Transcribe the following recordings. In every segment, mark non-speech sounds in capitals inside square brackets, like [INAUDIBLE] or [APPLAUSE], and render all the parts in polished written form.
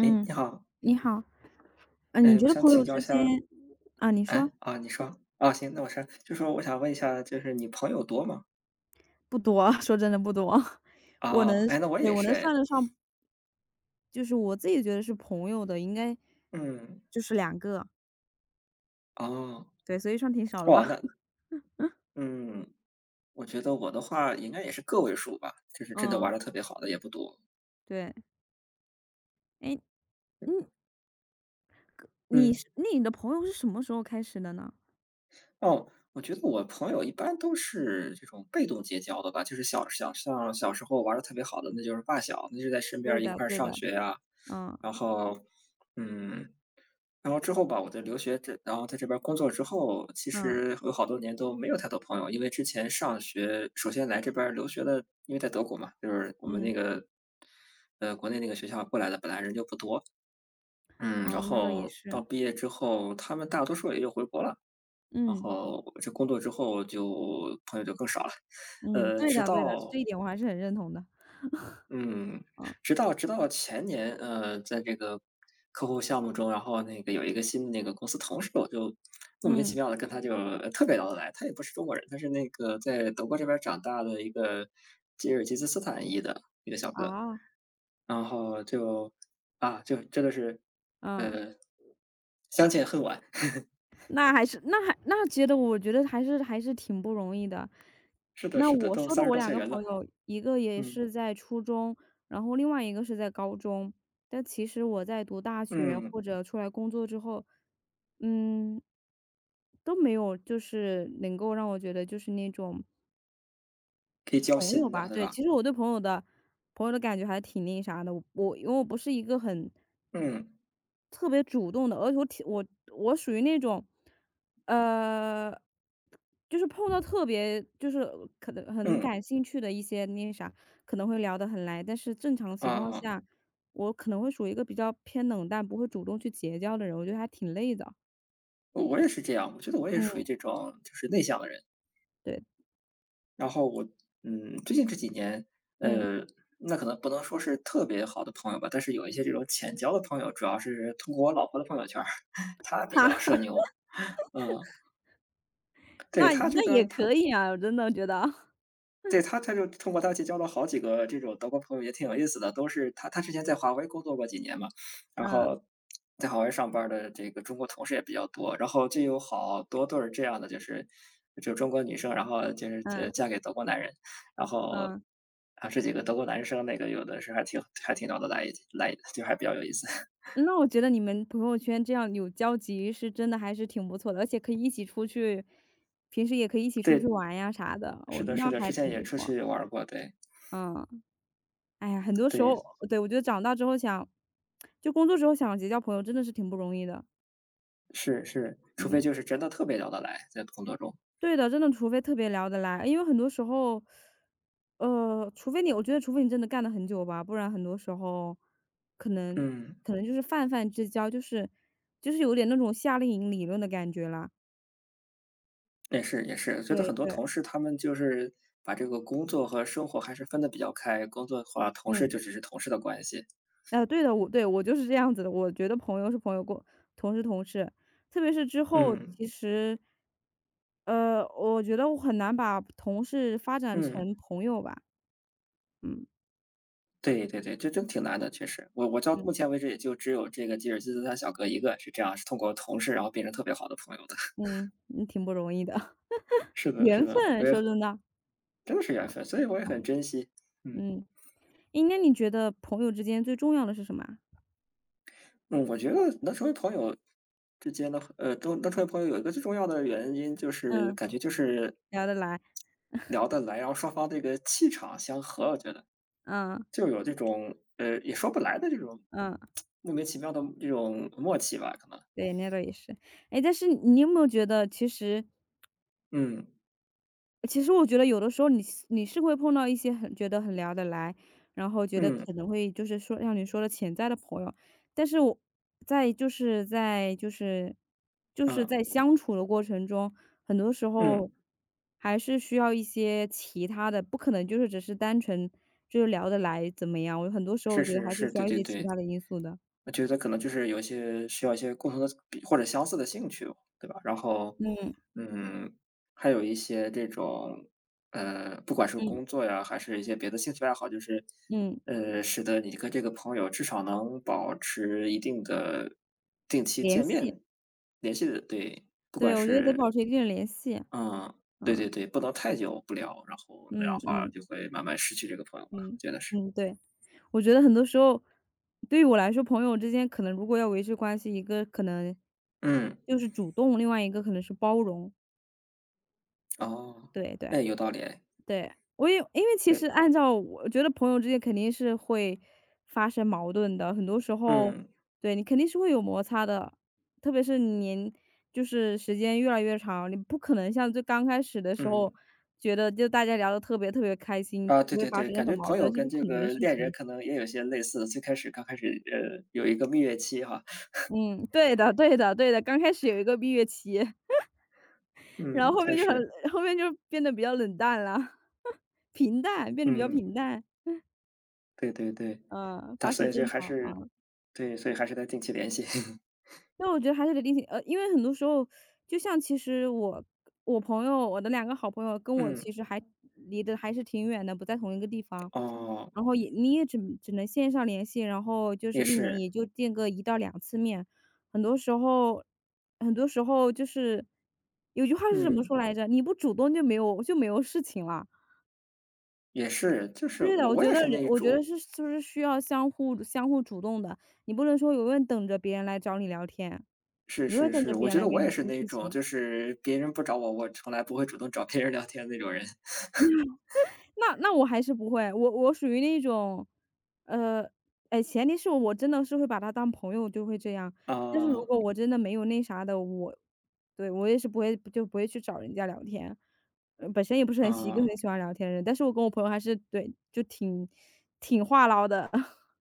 诶，你好，你好，嗯，你诶，觉我得想朋请友教一之间下啊，你说，哎，啊，你说，啊，行，那我说，就说我想问一下，就是你朋友多吗？不多，[LAUGHS] 说真的不多。[LAUGHS] 我能啊，哎，那我对，也我是能哎，算得上，就是我自己觉得是朋友的，应该嗯，就是两个，哦，对，所以算挺少的吧。哇，那 [LAUGHS] 嗯，我觉得我的话应该也是个位数吧，就是真的玩嗯，的特别好的也不多，对。哎，你你嗯，那你的朋友是什么时候开始的呢？哦，我觉得我朋友一般都是这种被动结交的吧，就是像小时候玩的特别好的，那就是发小，那就在身边对儿一的块儿对的，上学呀，嗯，然后，嗯。然后之后吧，我在留学然后在这边儿工作之后，其嗯，实有好多年都没有太多朋友，因为之前上学首先来这边儿留学的，因为在德国嘛，就是我们那嗯，个，国内那个学校过来的，本来人就不多。嗯，哦，然那倒也后到是。毕业之后，他们大多数也就回国了，然嗯，后这工作之后就朋友就更少了。嗯，对直的对的，到这一点我还是很认同的。嗯，嗯，直到前年，在这个客户项目中，然后那个有一个新的那个公司同事，我就莫名其嗯，妙的跟他就特别聊得来。他也不是中国人，他是那个在德国这边儿长大的一个吉尔吉斯斯坦裔的一个小哥，啊，然后就真的是嗯。呃相见恨晚。[LAUGHS] 那还是那还那觉得我觉得还是挺不容易的。是的，那是的，我都说三的十我多两岁个人了，朋友，一个也嗯是在初中，然后另外一个是在高中。但其实我在读大学嗯，或者出来工作之后，嗯，都没有就是能够让我觉得就是那种可以交朋友心的，吧，对对，吧？其实我对朋友的感觉还挺那啥的，我因为我不是一个很嗯特别主动的，而且我挺我我属于那种，呃，就是碰到特别就是可能很嗯感兴趣的一些那啥，可能会聊得很来，但是正常情况啊。下，我可能会属于一个比较偏冷淡，不会主动去结交的人，我觉得还挺累的。我也是这样，我觉得我也是属于嗯，这种就是内向的人。对，然后我，嗯，最近这几年，嗯，呃，那可能不能说是特别好的朋友吧，但是有一些这种浅交的朋友，主要是通过我老婆的朋友圈儿，[LAUGHS] [LAUGHS] 她比哈，较社牛。嗯，对，那她这那边也儿她可以啊，我真的觉得，[LAUGHS] 对，他就通过他结交了好几个这种德国朋友，也挺有意思的。都是他之前在华为工作过几年嘛，然嗯后在华为上班儿的这个中国同事也比较多，然后就有好多对儿这样的，就是中国女生，然后就是嗯嫁给德国男人，然后嗯。啊这几个德国男生那个有的是还挺聊得来一来，就还比较有意思。[LAUGHS] 那我觉得你们朋友圈这样有交集是真的还是挺不错的，而且可以一起出去，平时也可以一起出去对，玩呀啥的，是我的，是那的，之还前挺也不出错。去玩儿过，对嗯，哎呀，很多时对，候，对，我觉得长大之后想，就工作之后想结交朋友真的是挺不容易的。是是，除非嗯，就是真的特别聊得来，在工作中，对的，真的除非特别聊得来，因为很多时候，除非你，我觉得除非你真的干了很久吧，不然很多时候可能嗯。可能就是泛泛之交，就是有点那种夏令营理论的感觉啦。也是也是，觉得对很多对。同事他们就是把这个工作和生活还是分得比较开，工作的话，同事就嗯，只是同事的关系。对的，我对，我就是这样子的，我觉得朋友是朋友，过同事同事，特别是之后嗯其实我觉得我很难把同事发展成嗯，朋友吧，嗯，对对对，这真挺难的，确实。我到目嗯，前为止也就只有这个吉尔吉斯他小哥一个是这样，是通过同事然后变成特别好的朋友的。嗯，嗯，挺不容易的，[LAUGHS] [LAUGHS] 是的，是缘的，我分，也很说真的，真的是缘分，所以我也很珍惜。嗯嗯。诶，那你觉得朋友之间最重要的是什么啊嗯，我觉得能成为朋友之间的，都能成为朋友有一个最重要的原因就是嗯。感觉就是聊得来，聊得来，然后双方这个气场相合，我觉得。嗯，就有这种，也说不来的这种嗯，莫名其妙的这种默契吧，可能。对，那倒也是。哎，但是你有没有觉得其实嗯，我觉得有的时候你是会碰到一些很觉得很聊得来，然后觉得嗯，可能会就是说像你说的潜在的朋友，但是我在就是在就是就是嗯，在相处的过程中，很多时嗯，候还是需要一些其他的，不可能就是只是单纯就是聊得来怎么样，很多时候是我觉得是还是是，需对要一对些其对。他的因素的。我觉得可能就是有一些需要一些共同的或者相似的兴趣，对吧？然后，嗯嗯，还有一些这种，不管是嗯工作呀，还是一些别的兴趣爱好，就是，嗯，使得你跟这个朋友至少能保持一定的定期联见系，面联系的，对，不管对，我觉得得保是持一定的联系，嗯，对嗯对对，不能太久不聊，然后那样嗯的话嗯就会慢慢失去这个朋友吧，我嗯觉得是。嗯，对。我觉得很多时候，对于我来说，朋友之间可能如果要维持关系，一个可能嗯，就是主动，另外一个可能是包容。哦，对对哎，有道理哎，对，我也因为其实对，按照我觉得朋友之间肯定是会发生矛盾的，很多时候，嗯对你肯定是会有摩擦的，特别是就是时间越来越长，你不可能像最刚开始的时嗯，候觉得就大家聊得特别特别开心，啊，对不会对发对，生感任何觉矛朋盾，友是跟不这可能的个事恋人情。可能也有些类似，最开始刚开始有一个蜜月期哈，嗯，对的对的对的，刚开始有一个蜜月期，然后嗯，后确面就实，很后面就变得比较冷淡了，[LAUGHS] 平淡，变得比较嗯，平淡，对对对，嗯，发所生以就争还吵，是，啊。对，所以还是得定期联系。[LAUGHS] 那我觉得还是得另行因为很多时候，就像其实我朋友，我的两个好朋友跟我嗯，其实还离得还是挺远的，不在同一个地方。哦，然后你也只能线上联系，然后就是也一年是，也就见个一到两次面。很多时候很多时候就是有句话是怎么嗯，说来着？"你不主动就没有事情了。"也是，就是对的，我我也是那一我觉得种。是就是需要相互主动的，你不能说永远等着别人来找你聊天。是你会是等是，着我别人觉来得跟我也你是说那事种，情。就是别人不找我，我从来不会主动找别人聊天的那种人。[LAUGHS] 那我还是不会，我属于那种，呃，哎，前提是我真的是会把他当朋友就会这样，但是如啊果我真的没有那啥的，对，我也是不会去找人家聊天。本身也不是一个啊，很喜欢聊天的人，但是我跟我朋友还是对，就挺话唠的，[LAUGHS]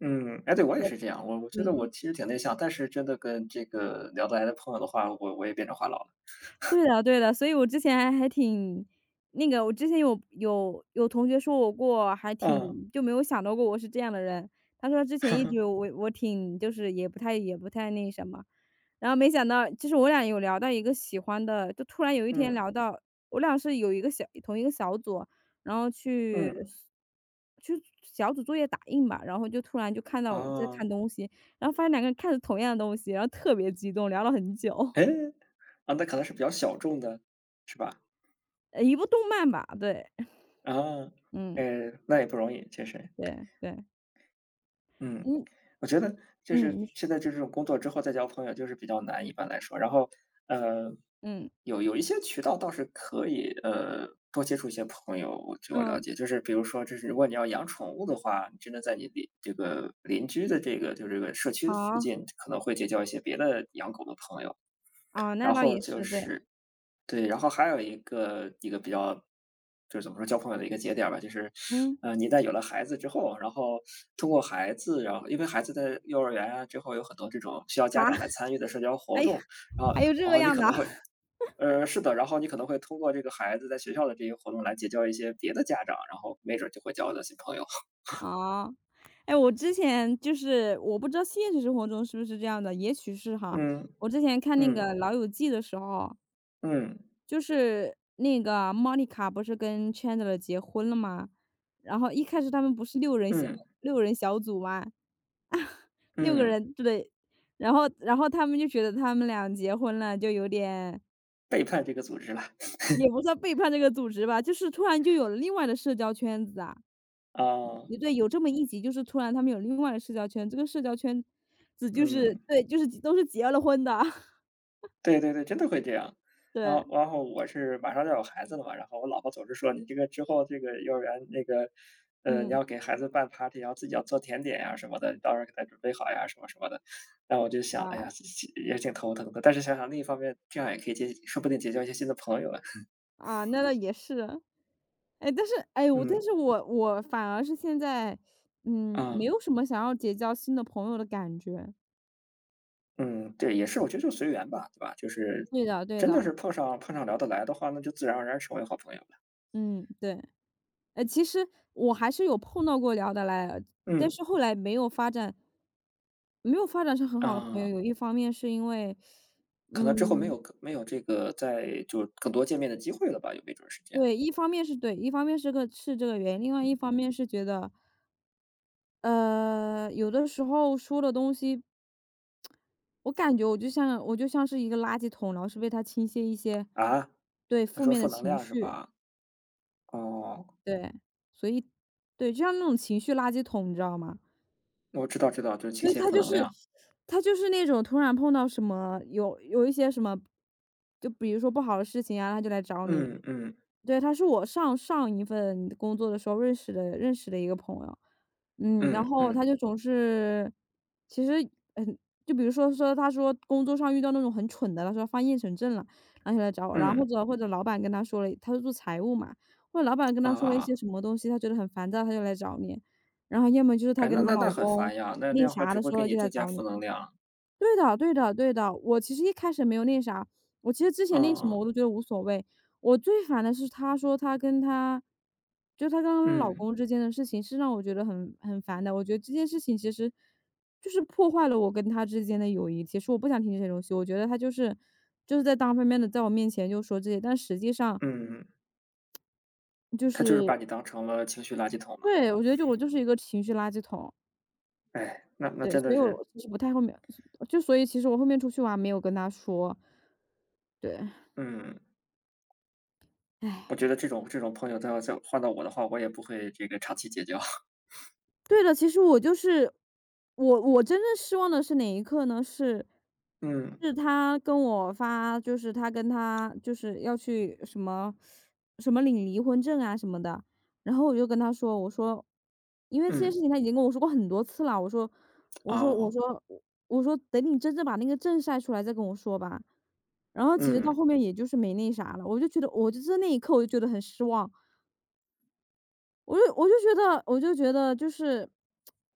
嗯，哎，对，我也我是这样，我觉得我嗯。其实挺内向，但是真的跟这个聊得来的朋友的话，我也变成话痨了。对的对的，所以我之前还挺那个我之前有同学说我过，还嗯挺就没有想到过我是这样的人。他说之前一直我挺就是也不太那什么，然后没想到就是我俩有聊到一个喜欢的，就突然有一天嗯聊到我俩是有一个小同一个小组，然后嗯，去小组作业打印吧，然后就突然就看到我在啊，看东西，然后发现两个人看着同样的东西，然后特别激动，聊了很久，哎，啊，那可能是比较小众的，是吧？一部动漫吧，对。啊，嗯，哎，那也不容易，其实。对对，嗯，嗯我觉得就是嗯，现在就这种工作之后再交朋友就是比较难，一般来说。然后，呃，嗯有一些渠道倒是可以，多接触一些朋友。据我了嗯，解，就是比如说，就是如果你要养宠物的话，你真的在你这个邻居的这个就是这个社区好附近，可能会结交一些别的养狗的朋友。哦，那然倒后也就是，对，是对，然后还有一个比较，就是怎么说交朋友的一个节点儿吧，就是，嗯，你在有了孩子之后，然后通过孩子，然后因为孩子在幼儿园啊之后有很多这种需要好，家长来参与的社交 [LAUGHS] 活还有动，然后还有这然个后你样可的啊 能会，是的，然后你可能会通过这个孩子在学校的这些活动来结交一些别的家长，然后没准儿就会交到新朋友。[LAUGHS] [LAUGHS]，哦，哎，我之前就是我不知道现实生活中是不是这样的，也许是哈，嗯我之前看那嗯个《老友记》的时候。嗯就是那个莫妮卡不是跟 Chandler 结婚了吗？然后一开始他们不是嗯六人小组吗？六个嗯，人，对。然后他们就觉得他们俩结婚了，就有点背叛这个组织了，也不算背叛这个组织吧，就是突然就有了另外的社交圈子啊。啊，也对，有这么一集，就是突然他们有另外的社交圈，这个社交圈子就是嗯。对，就是都是结了婚的，[LAUGHS] 对对对，真的会这样。然对，后然后我是马上就要有孩子了嘛，然后我老婆总是说："你这个之后这个幼儿园那个，你嗯，要给孩子办 party，然后自己要做甜点呀什么的，你到时候给他准备好呀什么什么的。"然后我就想，哎啊，呀，其实也挺头疼的，但是想想另一方面，这样也可以说不定结交一些新的朋友啊。啊，那倒也是。哎，但是哎，我但嗯，是我我反而是现在，嗯，没嗯，有什么想要结交新的朋友的感觉。嗯，对，也是，我觉得就随缘吧，对吧？就是对的对真的的，是碰上碰上聊得来的话，那就自然而然成为好朋友了。嗯，对。其实我还是有碰到过聊得来的，但嗯，是后来没有发展成很好的朋友，啊。有一方面是因为，可能之后没嗯，有没有这个再就更多见面的机会了吧，有没准儿时间。对，一方面是对，一方面是这个原因，另外一方面是觉得，有的时候说的东西，我感觉我就像是一个垃圾桶，然后是被他倾泻一些，啊，对，你负说面负的能情量是绪，吧？哦，对，所以，对，就像那种情绪垃圾桶，你知道吗？我知道知道，就是倾对，泻负能量。他就是那种突然碰到什么有一些什么，就比如说不好的事情啊，他就来找你。嗯嗯对，他是我上上一份工作的时候认识的一个朋友，嗯，然嗯后嗯他就总是其实，嗯，就比如说他说工作上遇到那种很蠢的，他说犯厌蠢症了，然后就来找我，然后嗯，或者老板跟他说了，他是做财务嘛，或者老板跟他说了一些啊，什么东西，他觉得很烦躁，他就来找你，然后要么就是她哎，那跟她那那老很公烦呀，那那那样的话啥只的会时给候你就来增加找负你。能量。对的对的对的，我其实一开始没有那啥，我其实之前那什啊，么我都觉得无所谓。我最烦的是她说她跟她就她跟她老嗯公之间的事情是让我觉得很烦的，我觉得这件事情其实就是破坏了我跟他之间的友谊，其实我不想听这些东西，我觉得他就是在单方面的在我面前就说这些，但实际上嗯，就他就是是把你当成了情绪垃圾桶了。对，我觉得我就是一个情绪垃圾桶。哎，那对，真所的以是，我其实不太后面就所以其实我后面出去玩没有跟他说，对，嗯，我唉。觉得这种朋友，他要再换到我的话，我也不会这个长期结交。[LAUGHS] 对的，其实我就是我我真正失望的是哪一刻呢？是嗯是他跟我发，就是他跟他就是要去什么什么领离婚证啊什么的，然后我就跟他说，我说，因为这件嗯，事情他已经跟我说过很多次了，我说我啊说我说等你真正把那个证晒出来再跟我说吧。然后其实到嗯后面也就是没那啥了，我就觉得我就是那一刻我就觉得很失望，我就觉得就是，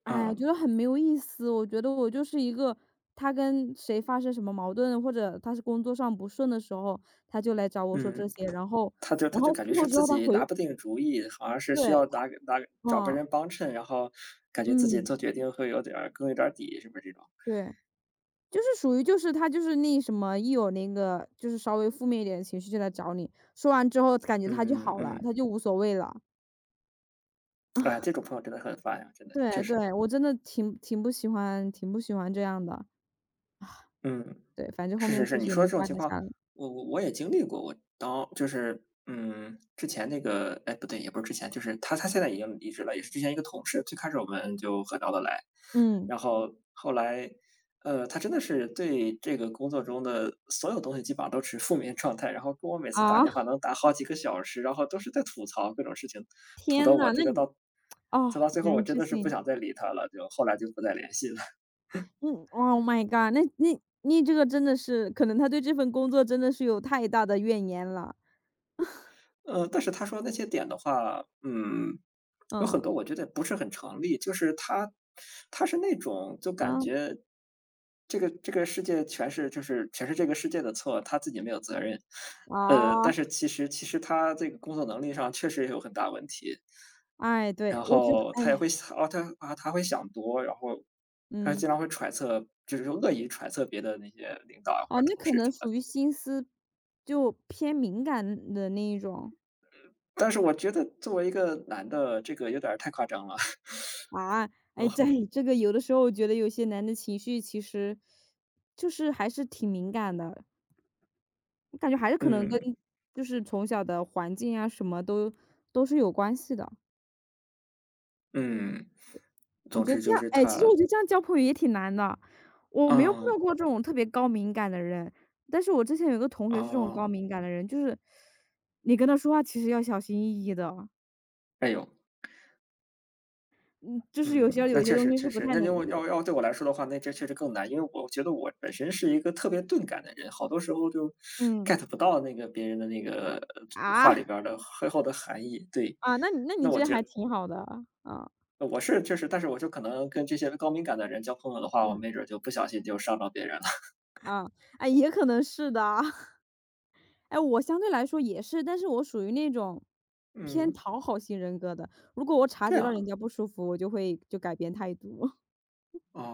哎，啊。觉得很没有意思。我觉得我就是一个，他跟谁发生什么矛盾，或者他是工作上不顺的时候，他就来找我说嗯，这些，然后他就他然就后感觉事后是之自后他己回拿不定主意，好像是需对，要找个嗯人帮衬，然后感觉自己嗯，做决定会有点儿更有点儿底，是不是这种？对，就是属于就是他就是那什么，一有那个就是稍微负面一点的情绪就来找你，说完之后感觉他就嗯好了，嗯，他就无所谓了。哎，这 [LAUGHS] 种朋友真的很烦呀，真的，确对实，对，我真的挺不喜欢这样的，嗯。对，反正后是是面是，其你实也说的这没种发情展况，下来。我也经历过。我当就是嗯，之前那个哎，不对，也不是之前，就是他现在已经离职了，也是之前一个同事。最开始我们就很聊得来，嗯，然后后来，他真的是对这个工作中的所有东西基本上都持负面状态，然后跟我每次打啊，电话能打好几个小时，然后都是在吐槽各种事情，吐到天我呐，这那个你到，哦，吐到最后难我以真置的是不信。想再理他了，就后来就不再联系了。嗯，Oh my god，那你这个真的是可能他对这份工作真的是有太大的怨言了。但是他说那些点的话，有很嗯，多我觉得不是很成立。就是他，他是那种就感嗯，觉这个世界全是这个世界的错，他自己没有责任。啊！但哦是其实他这个工作能力上确实也有很大问题，哎，对，然我觉得后他也哎，会想，哦，他会想多，然后他嗯，经常会揣测，就是说恶意揣测别的那些领导啊或哦，者那同可事什能么的属于心思就偏敏感的那一种。但是我觉得作为一个男的，这个有点儿太夸张了。啊，哎，在哦，这个有的时候我觉得有些男的情绪其实就是还是挺敏感的。我感觉还是可能嗯跟就是从小的环境啊，什么都都是有关系的。嗯，我总觉得之这就样是哎，其实他我觉得这样交朋友也挺难的。我没有碰到嗯，过这种特别高敏感的人，但是我之前有一个同学是这种哦，高敏感的人，就是你跟他说话其实要小心翼翼的哦，哎呦，嗯，就是有嗯，些那有些确东实西确是不实，太那能要有要要对我来说的话，那这确实更难，因为我觉得我本身是一个特别钝感的人，好多时候就 嗯，get 不到那个别人的那个话里啊？边儿的背后的含义。对，啊，那你那我这觉还得挺好的，啊，我是确实，但是我就可能跟这些高敏感的人交朋友的话，我嗯，没准儿就不小心就伤着别人了。啊啊，哎，也可能是的。哎，我相对来说也是，但是我属于那种 [LAUGHS] 偏嗯，讨好型人格的。如果我察这觉样到啊，人家不舒服，我就会就改变态度。哦